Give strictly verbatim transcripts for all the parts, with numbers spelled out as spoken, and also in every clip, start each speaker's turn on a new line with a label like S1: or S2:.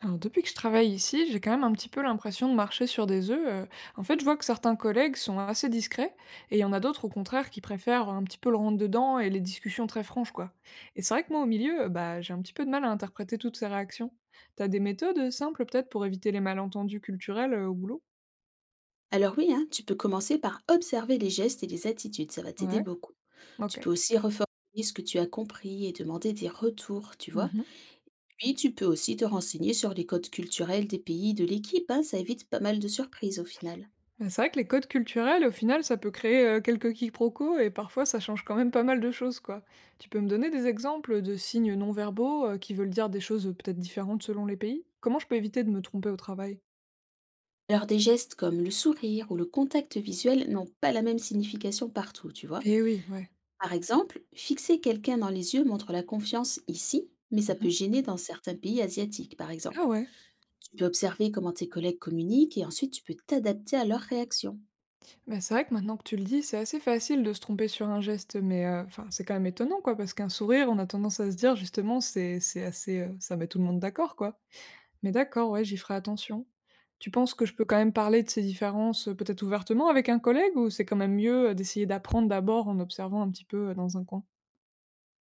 S1: Alors, depuis que je travaille ici, j'ai quand même un petit peu l'impression de marcher sur des œufs. euh. En fait, je vois que certains collègues sont assez discrets et il y en a d'autres au contraire qui préfèrent un petit peu le rentre-dedans et les discussions très franches, quoi. Et c'est vrai que moi, au milieu, euh, bah, j'ai un petit peu de mal à interpréter toutes ces réactions. T'as des méthodes simples peut-être pour éviter les malentendus culturels euh, au boulot?
S2: Alors oui, hein, tu peux commencer par observer les gestes et les attitudes, ça va t'aider
S1: Ouais,
S2: beaucoup. Tu
S1: ok.
S2: peux aussi reformuler ce que tu as compris et demander des retours, tu vois. Puis tu peux aussi te renseigner sur les codes culturels des pays de l'équipe, hein, ça évite pas mal de surprises au final.
S1: Bah, c'est vrai que les codes culturels, au final, ça peut créer euh, quelques quiproquos et parfois ça change quand même pas mal de choses, quoi. Tu peux me donner des exemples de signes non-verbaux euh, qui veulent dire des choses euh, peut-être différentes selon les pays? Comment je peux éviter de me tromper au travail?
S2: Alors des gestes comme le sourire ou le contact visuel n'ont pas la même signification partout, tu vois.
S1: Eh oui, ouais.
S2: Par exemple, fixer quelqu'un dans les yeux montre la confiance ici, mais ça
S1: Mhm.
S2: peut gêner dans certains pays asiatiques, par
S1: Ah
S2: exemple.
S1: ouais.
S2: Tu peux observer comment tes collègues communiquent et ensuite tu peux t'adapter à leurs réactions.
S1: Ben c'est vrai que maintenant que tu le dis, c'est assez facile de se tromper sur un geste, mais euh, enfin, c'est quand même étonnant, quoi, parce qu'un sourire, on a tendance à se dire justement, c'est c'est assez, euh, ça met tout le monde d'accord, quoi. Mais d'accord, ouais, j'y ferai attention. Tu penses que je peux quand même parler de ces différences, heu, peut-être ouvertement avec un collègue ou c'est quand même mieux, heu, d'essayer d'apprendre d'abord en observant un petit peu, heu, dans un coin?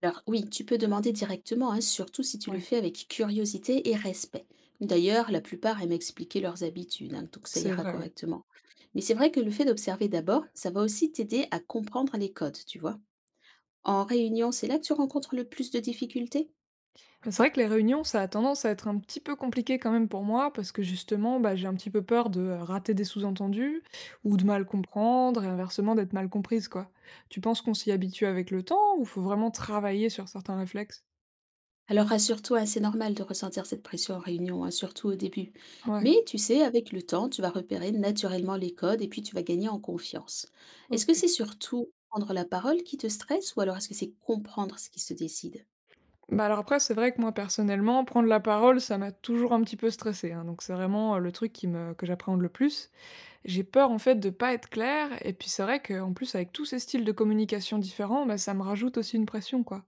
S2: Alors oui, tu peux demander directement, hein, surtout si tu le
S1: Ouais,
S2: fais avec curiosité et respect. D'ailleurs, la plupart aiment expliquer leurs habitudes, hein, donc ça
S1: c'est
S2: ira
S1: vrai, ouais.
S2: correctement. Mais c'est vrai que le fait d'observer d'abord, ça va aussi t'aider à comprendre les codes, tu vois. En réunion, c'est là que tu rencontres le plus de difficultés.
S1: Mais c'est vrai que les réunions, ça a tendance à être un petit peu compliqué quand même pour moi parce que justement, bah, j'ai un petit peu peur de, heu, rater des sous-entendus ou de mal comprendre et inversement d'être mal comprise, quoi. Tu penses qu'on s'y habitue avec le temps ou faut vraiment travailler sur certains réflexes?
S2: Alors rassure-toi, c'est normal de ressentir cette pression en réunion, hein, surtout au début.
S1: Ouais,
S2: Mais tu sais, avec le temps, tu vas repérer naturellement les codes et puis tu vas gagner en confiance. Est-ce que
S1: OK.
S2: c'est surtout prendre la parole qui te stresse ou alors est-ce que c'est comprendre ce qui se décide?
S1: Bah, alors après, c'est vrai que moi, personnellement, prendre la parole, ça m'a toujours un petit peu stressée, hein, donc c'est vraiment, heu, le truc qui me que j'appréhende le plus. J'ai peur, en fait, de pas être claire et puis c'est vrai qu'en plus, avec tous ces styles de communication différents, bah, ça me rajoute aussi une pression, quoi.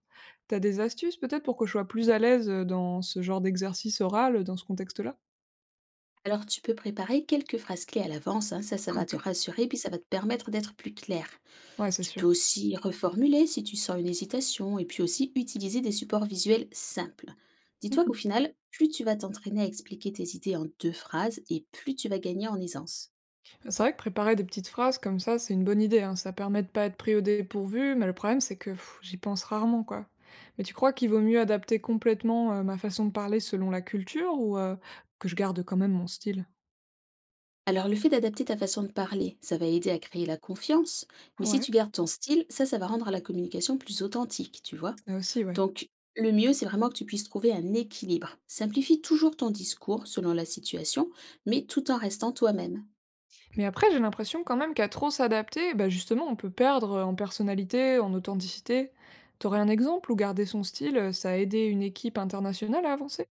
S1: T'as des astuces peut-être pour que je sois plus à l'aise, heu, dans ce genre d'exercice oral, heu, dans ce contexte-là?
S2: Alors tu peux préparer quelques phrases clés à l'avance, hein, ça ça
S1: Ah
S2: va te
S1: OK.
S2: rassurer puis ça va te permettre d'être plus clair.
S1: Ouais, c'est
S2: Tu peux
S1: sûr.
S2: aussi reformuler si tu sens une hésitation et puis aussi utiliser des supports visuels simples. Dis-toi qu'au
S1: Mmh.
S2: final, plus tu vas t'entraîner à expliquer tes idées en deux phrases et plus tu vas gagner en aisance.
S1: C'est vrai que préparer des petites phrases comme ça, c'est une bonne idée, hein. Ça permet de pas être pris au dépourvu, mais le problème, c'est que pff, j'y pense rarement, quoi. Mais tu crois qu'il vaut mieux adapter complètement euh, ma façon de parler selon la culture ou euh, que je garde quand même mon style?
S2: Alors le fait d'adapter ta façon de parler, ça va aider à créer la confiance, mais si
S1: Ouais,
S2: tu gardes ton style, ça, ça va rendre la communication plus authentique, tu vois.
S1: ça aussi, ouais.
S2: Donc le mieux, c'est vraiment que tu puisses trouver un équilibre. Simplifie toujours ton discours selon la situation, mais tout en restant toi-même.
S1: Mais après, j'ai l'impression quand même qu'à trop s'adapter, bah justement, on peut perdre euh, en personnalité, en authenticité. T'aurais un exemple où garder son style, euh, ça a aidé une équipe internationale à avancer?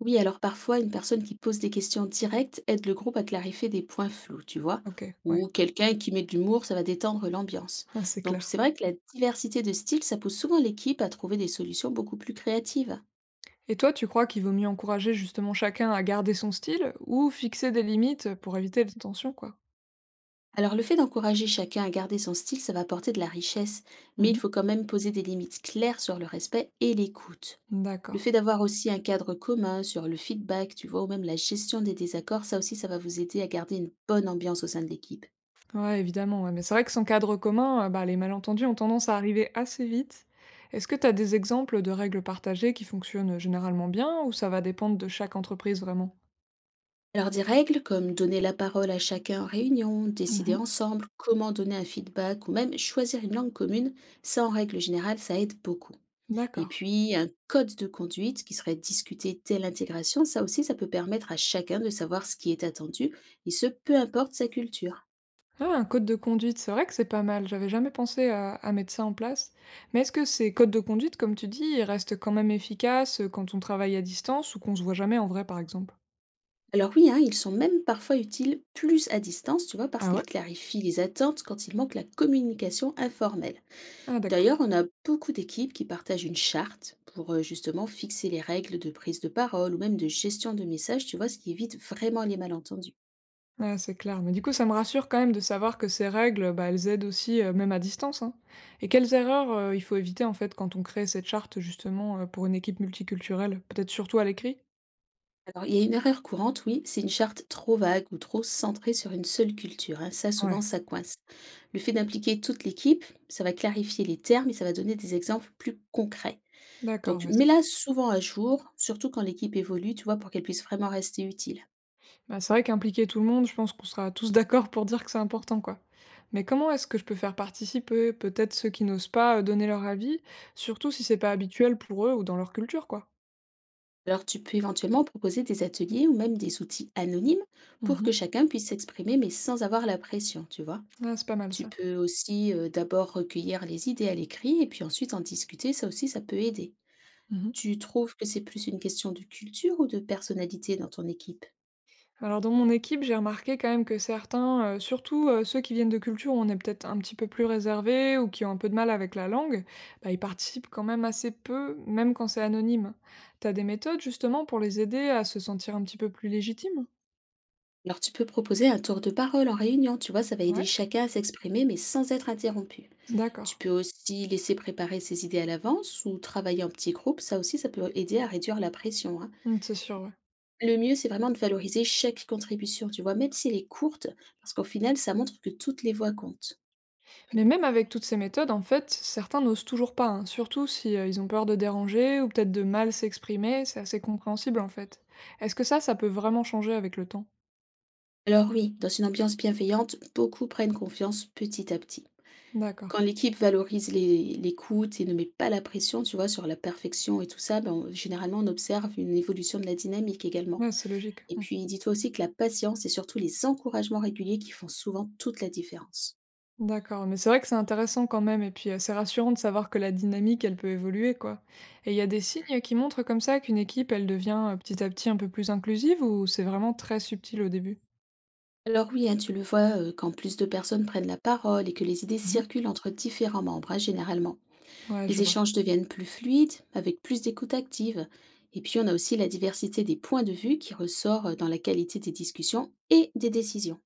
S2: Oui, alors parfois, une personne qui pose des questions directes aide le groupe à clarifier des points flous, tu vois.
S1: Ok, ouais,
S2: Ou quelqu'un qui met de l'humour, ça va détendre l'ambiance.
S1: c'est
S2: Donc c'est
S1: clair.
S2: vrai que la diversité de styles, ça pousse souvent l'équipe à trouver des solutions beaucoup plus créatives.
S1: Et toi, tu crois qu'il vaut mieux encourager justement chacun à garder son style ou fixer des limites pour éviter les tensions, quoi?
S2: Alors le fait d'encourager chacun à garder son style, ça va apporter de la richesse, mais il
S1: Mmh.
S2: faut quand même poser des limites claires sur le respect et l'écoute. Le
S1: D'accord.
S2: fait d'avoir aussi un cadre commun sur le feedback, tu vois, ou même la gestion des désaccords, ça aussi, ça va vous aider à garder une bonne ambiance au sein de l'équipe.
S1: Ouais, évidemment, ouais, mais c'est vrai que sans cadre commun, heu, bah, les malentendus ont tendance à arriver assez vite. Est-ce que tu as des exemples de règles partagées qui fonctionnent, généralement bien ou ça va dépendre de chaque entreprise vraiment?
S2: Alors des règles comme donner la parole à chacun en réunion, décider
S1: Mmh.
S2: ensemble comment donner un feedback ou même choisir une langue commune, ça en règle générale, ça aide beaucoup. Et
S1: D'accord.
S2: puis un code de conduite qui serait discuté dès l'intégration, ça aussi, ça peut permettre à chacun de savoir ce qui est attendu, et ce, peu importe sa culture.
S1: Ah, un code de conduite, c'est vrai que c'est pas mal, j'avais jamais pensé à à mettre ça en place. Mais est-ce que ces codes de conduite, comme tu dis, ils restent quand même efficaces, euh, quand on travaille à distance ou qu'on se voit jamais en vrai, par exemple?
S2: Alors oui, hein, ils sont même parfois utiles plus à distance, tu vois, parce
S1: Ah
S2: qu'ils
S1: ouais?
S2: clarifient les attentes quand il manque la communication informelle.
S1: Ah d'accord.
S2: D'ailleurs, on a beaucoup d'équipes qui partagent une charte pour euh, justement fixer les règles de prise de parole ou même de gestion de messages, tu vois, ce qui évite vraiment les malentendus.
S1: Ouais, c'est clair. Mais du coup, ça me rassure quand même de savoir que ces règles, bah, elles aident aussi, heu, même à distance, hein. Et quelles erreurs, heu, il faut éviter, en fait, quand on crée cette charte, justement, heu, pour une équipe multiculturelle? Peut-être surtout à l'écrit?
S2: Alors, il y a une erreur courante, oui, c'est une charte trop vague ou trop centrée sur une seule culture, hein. Ça, souvent,
S1: Ouais,
S2: ça coince. Le fait d'impliquer toute l'équipe, ça va clarifier les termes et ça va donner des exemples plus concrets.
S1: d'accord,
S2: Donc,
S1: ouais, c'est
S2: mets-la
S1: sûr.
S2: souvent à jour, surtout quand l'équipe évolue, tu vois, pour qu'elle puisse vraiment rester utile.
S1: Bah, c'est vrai qu'impliquer tout le monde, je pense qu'on sera tous d'accord pour dire que c'est important, quoi. Mais comment est-ce que je peux faire participer, peut-être, ceux qui n'osent pas, heu, donner leur avis, surtout si c'est pas habituel pour eux ou dans leur culture, quoi?
S2: Alors tu peux éventuellement proposer des ateliers ou même des outils anonymes pour
S1: Mmh.
S2: que chacun puisse s'exprimer mais sans avoir la pression, tu vois.
S1: Ah, c'est pas mal
S2: Tu
S1: ça.
S2: peux aussi euh, d'abord recueillir les idées à l'écrit et puis ensuite en discuter, ça aussi ça peut aider.
S1: Mmh.
S2: Tu trouves que c'est plus une question de culture ou de personnalité dans ton équipe?
S1: Alors dans mon équipe, j'ai remarqué quand même que certains, euh, surtout euh, ceux qui viennent de cultures où on est peut-être un petit peu plus réservés ou qui ont un peu de mal avec la langue, bah, ils participent quand même assez peu, même quand c'est anonyme. T'as des méthodes justement pour les aider à se sentir un petit peu plus légitimes?
S2: Alors tu peux proposer un tour de parole en réunion, tu vois, ça va aider
S1: Ouais.
S2: chacun à s'exprimer mais sans être interrompu.
S1: D'accord.
S2: Tu peux aussi laisser préparer ses idées à l'avance ou travailler en petits groupes, ça aussi, ça peut aider à réduire la pression, hein.
S1: Hum, c'est sûr, ouais.
S2: Le mieux, c'est vraiment de valoriser chaque contribution, tu vois, même si elle est courte, parce qu'au final, ça montre que toutes les voix comptent.
S1: Mais même avec toutes ces méthodes, en fait, certains n'osent toujours pas, hein, surtout si euh, ils ont peur de déranger ou peut-être de mal s'exprimer, c'est assez compréhensible en fait. Est-ce que ça, ça peut vraiment changer avec le temps?
S2: Alors oui, dans une ambiance bienveillante, beaucoup prennent confiance petit à petit.
S1: D'accord.
S2: Quand l'équipe valorise les- l'écoute et ne met pas la pression, tu vois, sur la perfection et tout ça, ben, on- généralement, on observe une évolution de la dynamique également.
S1: Ouais, c'est logique.
S2: Et puis, dis-toi aussi que la patience et surtout les encouragements réguliers qui font souvent toute la différence.
S1: D'accord, mais c'est vrai que c'est intéressant quand même, et puis euh, c'est rassurant de savoir que la dynamique, elle peut évoluer, quoi. Et il y a des signes qui montrent comme ça qu'une équipe, elle devient euh, petit à petit un peu plus inclusive, ou c'est vraiment très subtil au début?
S2: Alors oui, hein, tu le vois, euh, quand plus de personnes prennent la parole et que les idées
S1: Mhm.
S2: circulent entre différents membres, hein, généralement,
S1: Ouais, je
S2: les
S1: vois.
S2: échanges deviennent plus fluides, avec plus d'écoute active. Et puis on a aussi la diversité des points de vue qui ressort euh, dans la qualité des discussions et des décisions.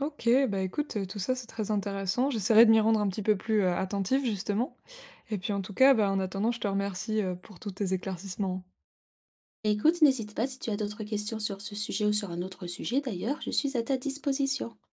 S1: Ok, bah écoute, euh, tout ça c'est très intéressant. J'essaierai de m'y rendre un petit peu plus euh, attentif, justement. Et puis en tout cas, bah, en attendant, je te remercie euh, pour tous tes éclaircissements.
S2: Écoute, n'hésite pas si tu as d'autres questions sur ce sujet ou sur un autre sujet d'ailleurs, je suis à ta disposition.